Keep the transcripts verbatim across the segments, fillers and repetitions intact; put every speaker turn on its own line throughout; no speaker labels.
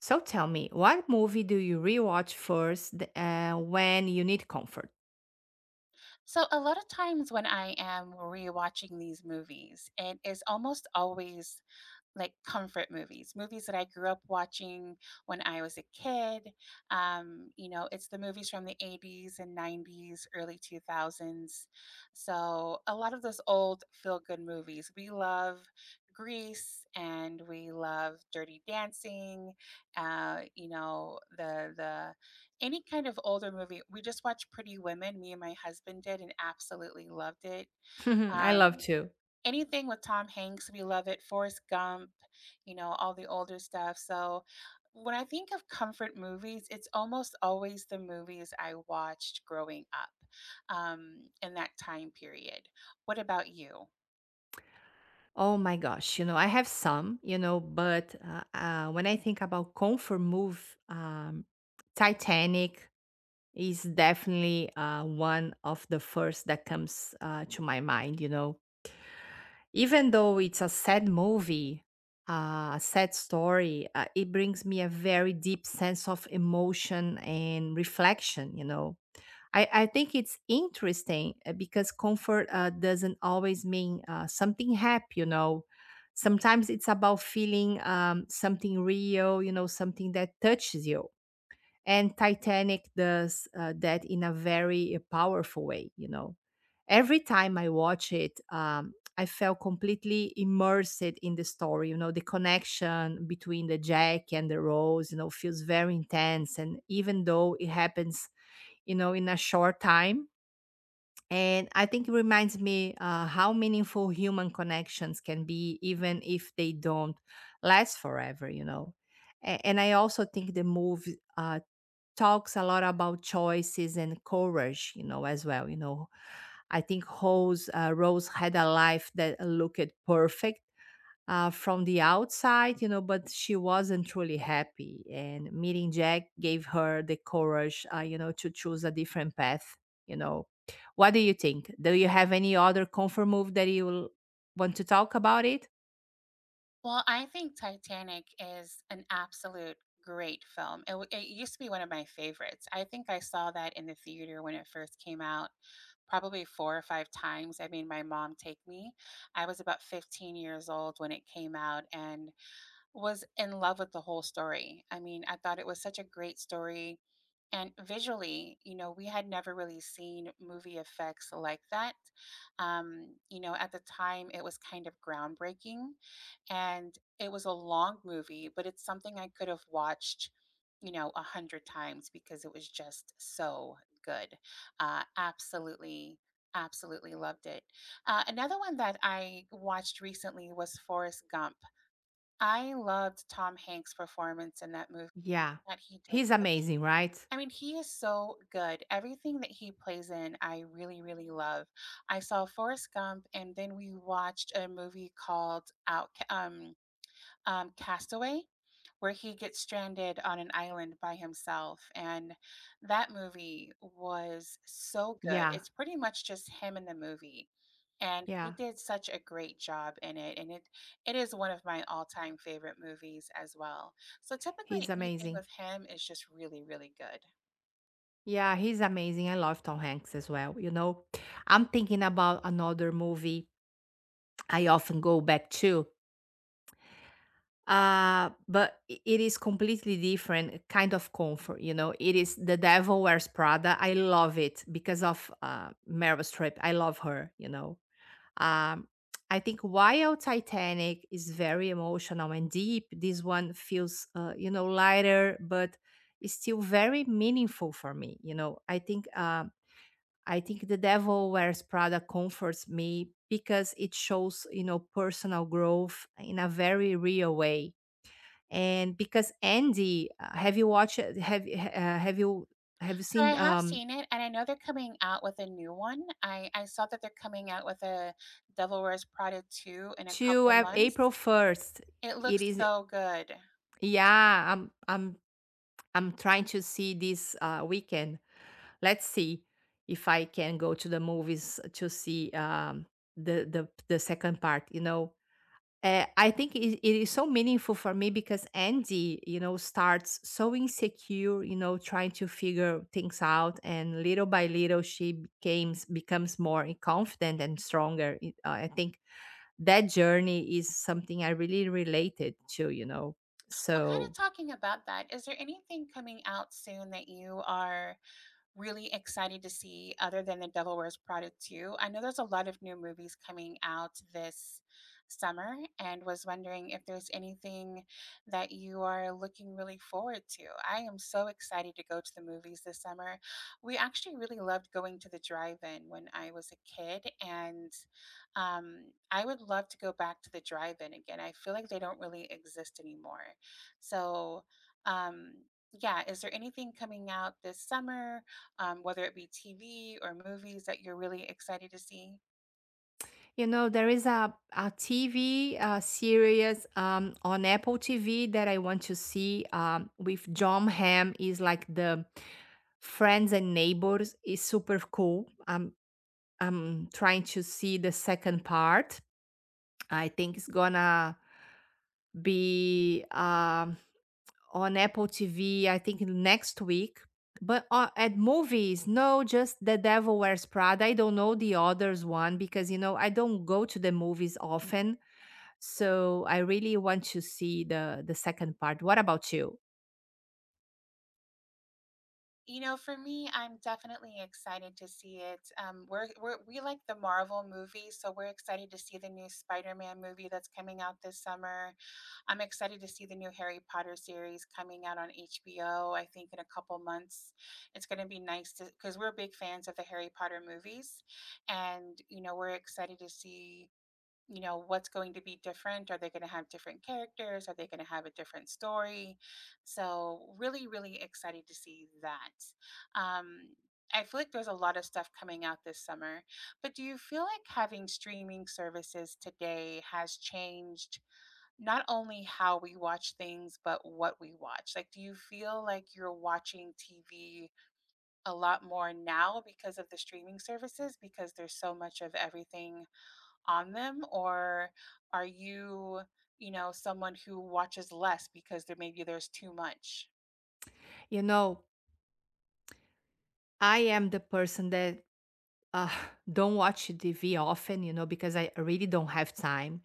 So tell me, what movie do you rewatch first th- uh, when you need comfort?
So a lot of times when I am rewatching these movies, it is almost always like comfort movies, movies that I grew up watching when I was a kid. Um, you know, it's the movies from the eighties and nineties, early two thousands. So, a lot of those old feel good movies. We love Grease and we love Dirty Dancing. Uh, you know, the the Any kind of older movie. We just watched Pretty Women, me and my husband did, and absolutely loved it.
I love
Um
to.
Anything with Tom Hanks, we love it. Forrest Gump, you know, All the older stuff. So when I think of comfort movies, it's almost always the movies I watched growing up um, in that time period. What about you?
Oh my gosh, you know, I have some, you know, but uh, uh, when I think about comfort move, um, Titanic is definitely uh, one of the first that comes uh, to my mind, you know. Even though it's a sad movie, uh, a sad story, uh, it brings me a very deep sense of emotion and reflection, you know. I, I think it's interesting uh, because comfort uh, doesn't always mean uh, something happy, you know. Sometimes it's about feeling um, something real, you know, something that touches you. And Titanic does uh, that in a very uh, powerful way, you know. Every time I watch it, um, I felt completely immersed in the story. You know, the connection between the Jack and the Rose, you know, feels very intense. And even though it happens, you know, in a short time. And I think it reminds me uh, how meaningful human connections can be, even if they don't last forever, you know. A- And I also think the movie uh, talks a lot about choices and courage, you know, as well. You know, I think Rose, uh, Rose had a life that looked perfect, uh, from the outside, you know, but she wasn't truly happy. And meeting Jack gave her the courage, uh, you know, to choose a different path. You know, what do you think? Do you have any other comfort move that you will want to talk about it?
Well, I think Titanic is an absolute great film. It, w- it used to be one of my favorites. I think I saw that in the theater when it first came out, probably four or five times. I made my mom take me. I was about fifteen years old when it came out, and was in love with the whole story. I mean, I thought it was such a great story. And visually, you know, we had never really seen movie effects like that. Um, you know, at the time, it was kind of groundbreaking. And it was a long movie, but it's something I could have watched, you know, a hundred times because it was just so good. Uh, absolutely, absolutely loved it. Uh, another one that I watched recently was Forrest Gump. I loved Tom Hanks' performance in that movie,
Yeah,
that he did
he's
such
amazing, right?
I mean, he is so good. Everything that he plays in, I really, really love. I saw Forrest Gump, and then we watched a movie called Out. Um, um, Castaway, where he gets stranded on an island by himself. And that movie was so good.
Yeah,
It's pretty much just him in the movie. And he
yeah,
did such a great job in it. And it, it is one of my all time favorite movies as well. So
he's
typically anything
amazing.
with him is just really, really good.
Yeah, he's amazing. I love Tom Hanks as well. You know, I'm thinking about another movie I often go back to. Uh but i- it is completely different kind of comfort, you know. It is The Devil Wears Prada. I love it because of uh Meryl Streep. I love her, you know. um I think while Titanic is very emotional and deep, this one feels uh, you know, lighter, but it's still very meaningful for me, you know. i think um I think The Devil Wears Prada comforts me because it shows, you know, personal growth in a very real way. And because Andy, uh, have you watched? Uh, Have y- ha- uh, have you Have you
So I
seen
have
um
seen it, and I know they're coming out with a new one. I, I saw that they're coming out with a Devil Wears Prada two in a
to
couple
uh, April
months.
first?
It
It
looks
is.
so good.
Yeah. I'm I'm I'm trying to see this uh, weekend. Let's see if I can go to the movies to see um the the the second part. You know, Uh, I think it, it is so meaningful for me because Andy, you know, starts so insecure, you know, trying to figure things out, and little by little she becomes becomes more confident and stronger. It- uh, I think that journey is something I really related to, you know.
Well, kind
So
of talking about that, is there anything coming out soon that you are really excited to see other than The Devil Wears Prada two? I know there's a lot of new movies coming out this summer, and was wondering if there's anything that you are looking really forward to. I am so excited to go to the movies this summer. We actually really loved going to the drive-in when I was a kid, and um, I would love to go back to the drive-in again. I feel like they don't really exist anymore. So, um, yeah, is there anything coming out this summer, um, whether it be T V or movies that you're really excited to see?
you know, there is a, a T V uh, series um, on Apple T V that I want to see um, with John Hamm. Is like the Friends and Neighbors. Is super cool. I'm I'm trying to see the second part. I think it's gonna be um, on Apple T V. I think next week. But uh, at movies, no, just The Devil Wears Prada. I don't know the others one because, you know, I don't go to the movies often, so I really want to see the the second part. What about you?
You know, for me, I'm definitely excited to see it. Um, we're, we're we like the Marvel movies, so we're excited to see the new Spider-Man movie that's coming out this summer. I'm excited to see the new Harry Potter series coming out on H B O. I think in a couple months, it's going to be nice to because we're big fans of the Harry Potter movies, and you know, we're excited to see, you know, what's going to be different. Are they going to have different characters? Are they going to have a different story? So really, really excited to see that um I feel like there's a lot of stuff coming out this summer, but do you feel like having streaming services today has changed not only how we watch things, but what we watch? Like, do you feel like you're watching T V a lot more now because of the streaming services? Because there's so much of everything on them, or are you, you know, someone who watches less because there maybe there's too much?
You know, I am the person that uh, don't watch T V often, you know, because I really don't have time.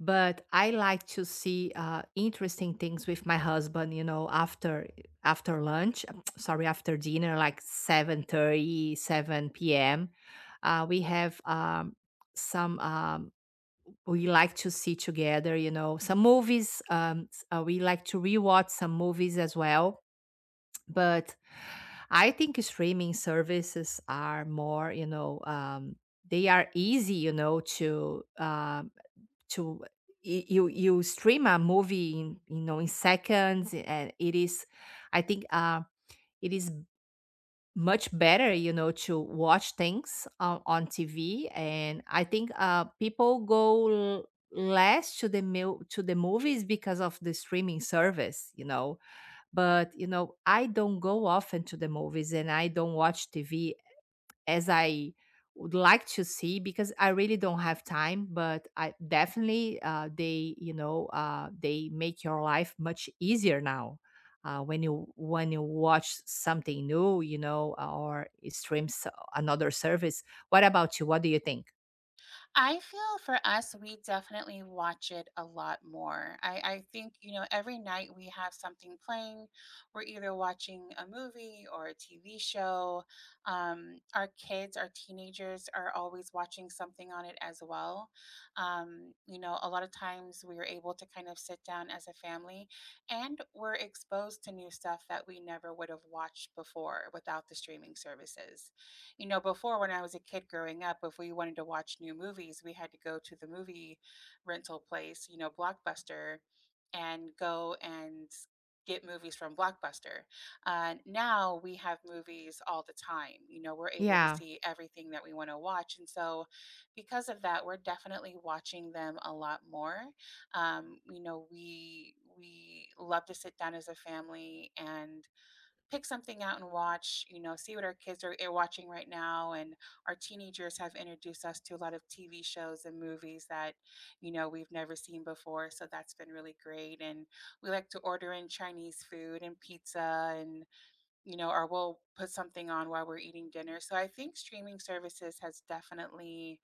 But I like to see uh, interesting things with my husband, you know, after after lunch. Sorry, after dinner, like seven thirty, seven p m. Uh, we have um, some. Um, we like to see together, you know, some movies. Um, s- uh, we like to rewatch some movies as well. But I think streaming services are more, you know, um, they are easy, you know, to um, to y- you you stream a movie in, you know, in seconds, and it is, I think, uh, it is much better, you know, to watch things on, on T V. And I think uh, people go l- less to the mil- to the movies because of the streaming service, you know. But you know, I don't go often to the movies, and I don't watch T V as I would like to see because I really don't have time, but I definitely uh, they, you know, uh, they make your life much easier now. Uh, when you when you watch something new, you know, or stream s- another service. What about you? What do you think?
I feel for us, we definitely watch it a lot more. I, I think, you know, every night we have something playing. We're either watching a movie or a T V show. Um, our kids, our teenagers, are always watching something on it as well. Um, you know, a lot of times we are able to kind of sit down as a family, and we're exposed to new stuff that we never would have watched before without the streaming services. You know, before when I was a kid growing up, if we wanted to watch new movies, we had to go to the movie rental place, you know, Blockbuster, and go and get movies from Blockbuster. Uh, now we have movies all the time. You know, we're able to
Yeah,
see everything that we want to watch. And so, because of that, we're definitely watching them a lot more. Um, you know, we we love to sit down as a family and pick something out and watch, you know, see what our kids are, are watching right now. And our teenagers have introduced us to a lot of T V shows and movies that, you know, we've never seen before. So that's been really great. And we like to order in Chinese food and pizza, and, you know, or we'll put something on while we're eating dinner. So I think streaming services has definitely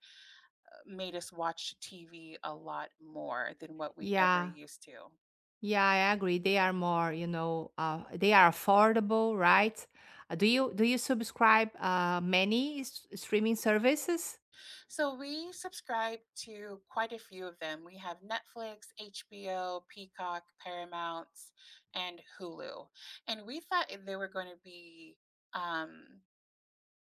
uh, made us watch T V a lot more than what we ever
yeah,
used to.
yeah. I agree. They are more, you know, uh, they are affordable, right? Uh, Do you do you subscribe uh, many s- streaming services?
So we subscribe to quite a few of them. We have Netflix, H B O, Peacock, Paramount, and Hulu. And we thought they were going to be um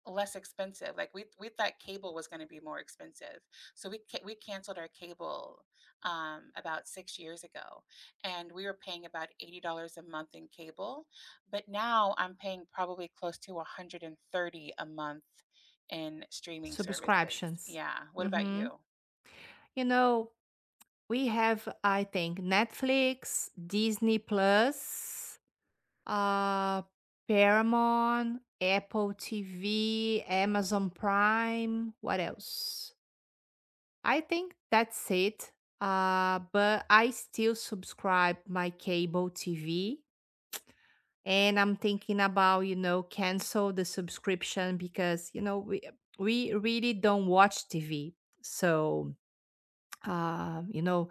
less expensive. Like we we thought cable was going to be more expensive, so we ca- we canceled our cable um, about six years ago, and we were paying about eighty dollars a month in cable, but now I'm paying probably close to one hundred and thirty a month in streaming services.
Subscriptions.
Yeah. What about
Mhm.
you?
You know, we have, I think, Netflix, Disney Plus, uh, Paramount, Apple T V, Amazon Prime. What else? I think that's it. Uh, but I still subscribe my cable T V, and I'm thinking about, you know, cancel the subscription because, you know, we we really don't watch T V. So uh, you know,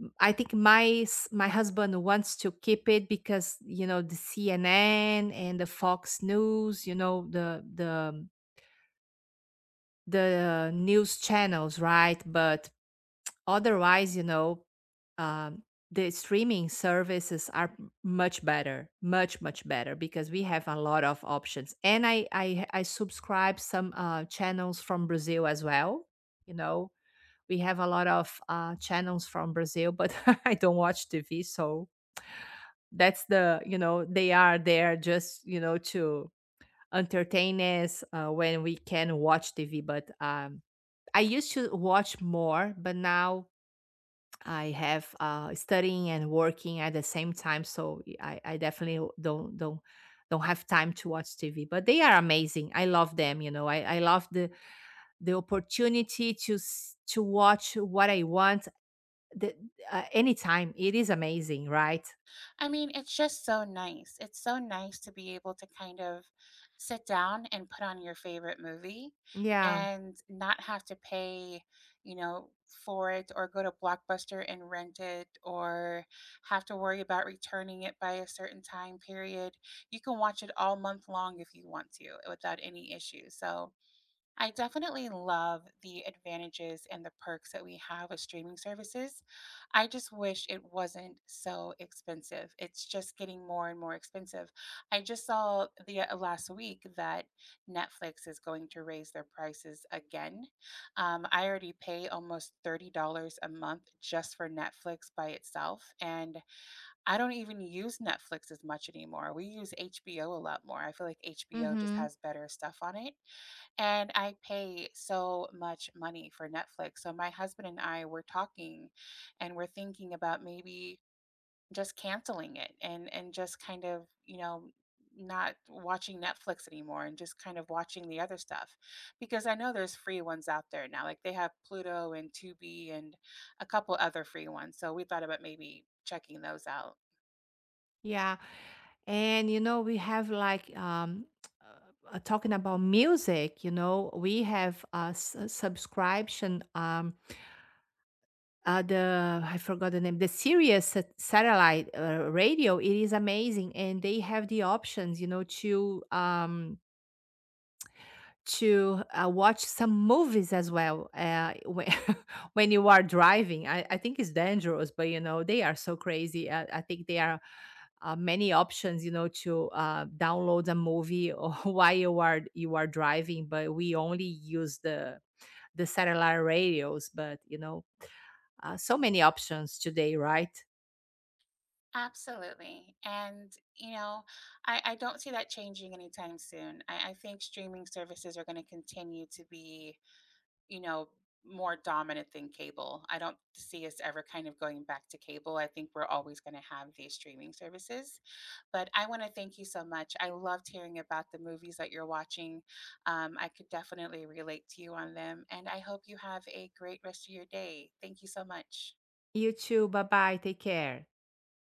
m- I think my s- my husband wants to keep it because, you know, the C N N and the Fox News, you know, the the the news channels, right? But otherwise, you know, um, the streaming services are m- much better, much much better, because we have a lot of options, and i i, I subscribe some uh, channels from Brazil as well, you know. We have a lot of uh, channels from Brazil, but I don't watch T V, so that's the, you know, they are there just, you know, to entertain us uh, when we can watch T V. But um, I used to watch more, but now I have uh, studying and working at the same time, so I, I definitely don't don't don't have time to watch T V. But they are amazing. I love them. You know, I, I love the the opportunity to s- to watch what I want, the uh, anytime. It is amazing, right?
I mean, it's just so nice. It's so nice to be able to kind of sit down and put on your favorite movie,
Yeah.
and not have to pay, you know, for it, or go to Blockbuster and rent it, or have to worry about returning it by a certain time period. You can watch it all month long if you want to without any issue. So I definitely love the advantages and the perks that we have with streaming services. I just wish it wasn't so expensive. It's just getting more and more expensive. I just saw the uh, last week that Netflix is going to raise their prices again. Um, I already pay almost thirty dollars a month just for Netflix by itself. And I don't even use Netflix as much anymore. We use H B O a lot more. I feel like H B O just
Mm-hmm.
has better stuff on it. And I pay so much money for Netflix. So my husband and I were talking, and we're thinking about maybe just canceling it, and and just kind of, you know, not watching Netflix anymore, and just kind of watching the other stuff, because I know there's free ones out there now. Like they have Pluto and Tubi and a couple other free ones. So we thought about maybe checking those out.
Yeah. And you know, we have like um uh, talking about music, you know, we have a, s- a subscription um uh, the I forgot the name, the Sirius sat- satellite uh, radio. It is amazing, and they have the options, you know, to um to, uh, watch some movies as well, uh, when when you are driving. I I think it's dangerous, but, you know, they are so crazy. I I think there are, uh, many options, you know, to, uh, download a movie or while you are you are driving, but we only use the the satellite radios, but, you know, uh, so many options today, right?
Absolutely. And, you know, I, I don't see that changing anytime soon. I, I think streaming services are going to continue to be, you know, more dominant than cable. I don't see us ever kind of going back to cable. I think we're always going to have these streaming services. But I want to thank you so much. I loved hearing about the movies that you're watching. Um, I could definitely relate to you on them. And I hope you have a great rest of your day. Thank you so much.
You too. Bye-bye. Take care.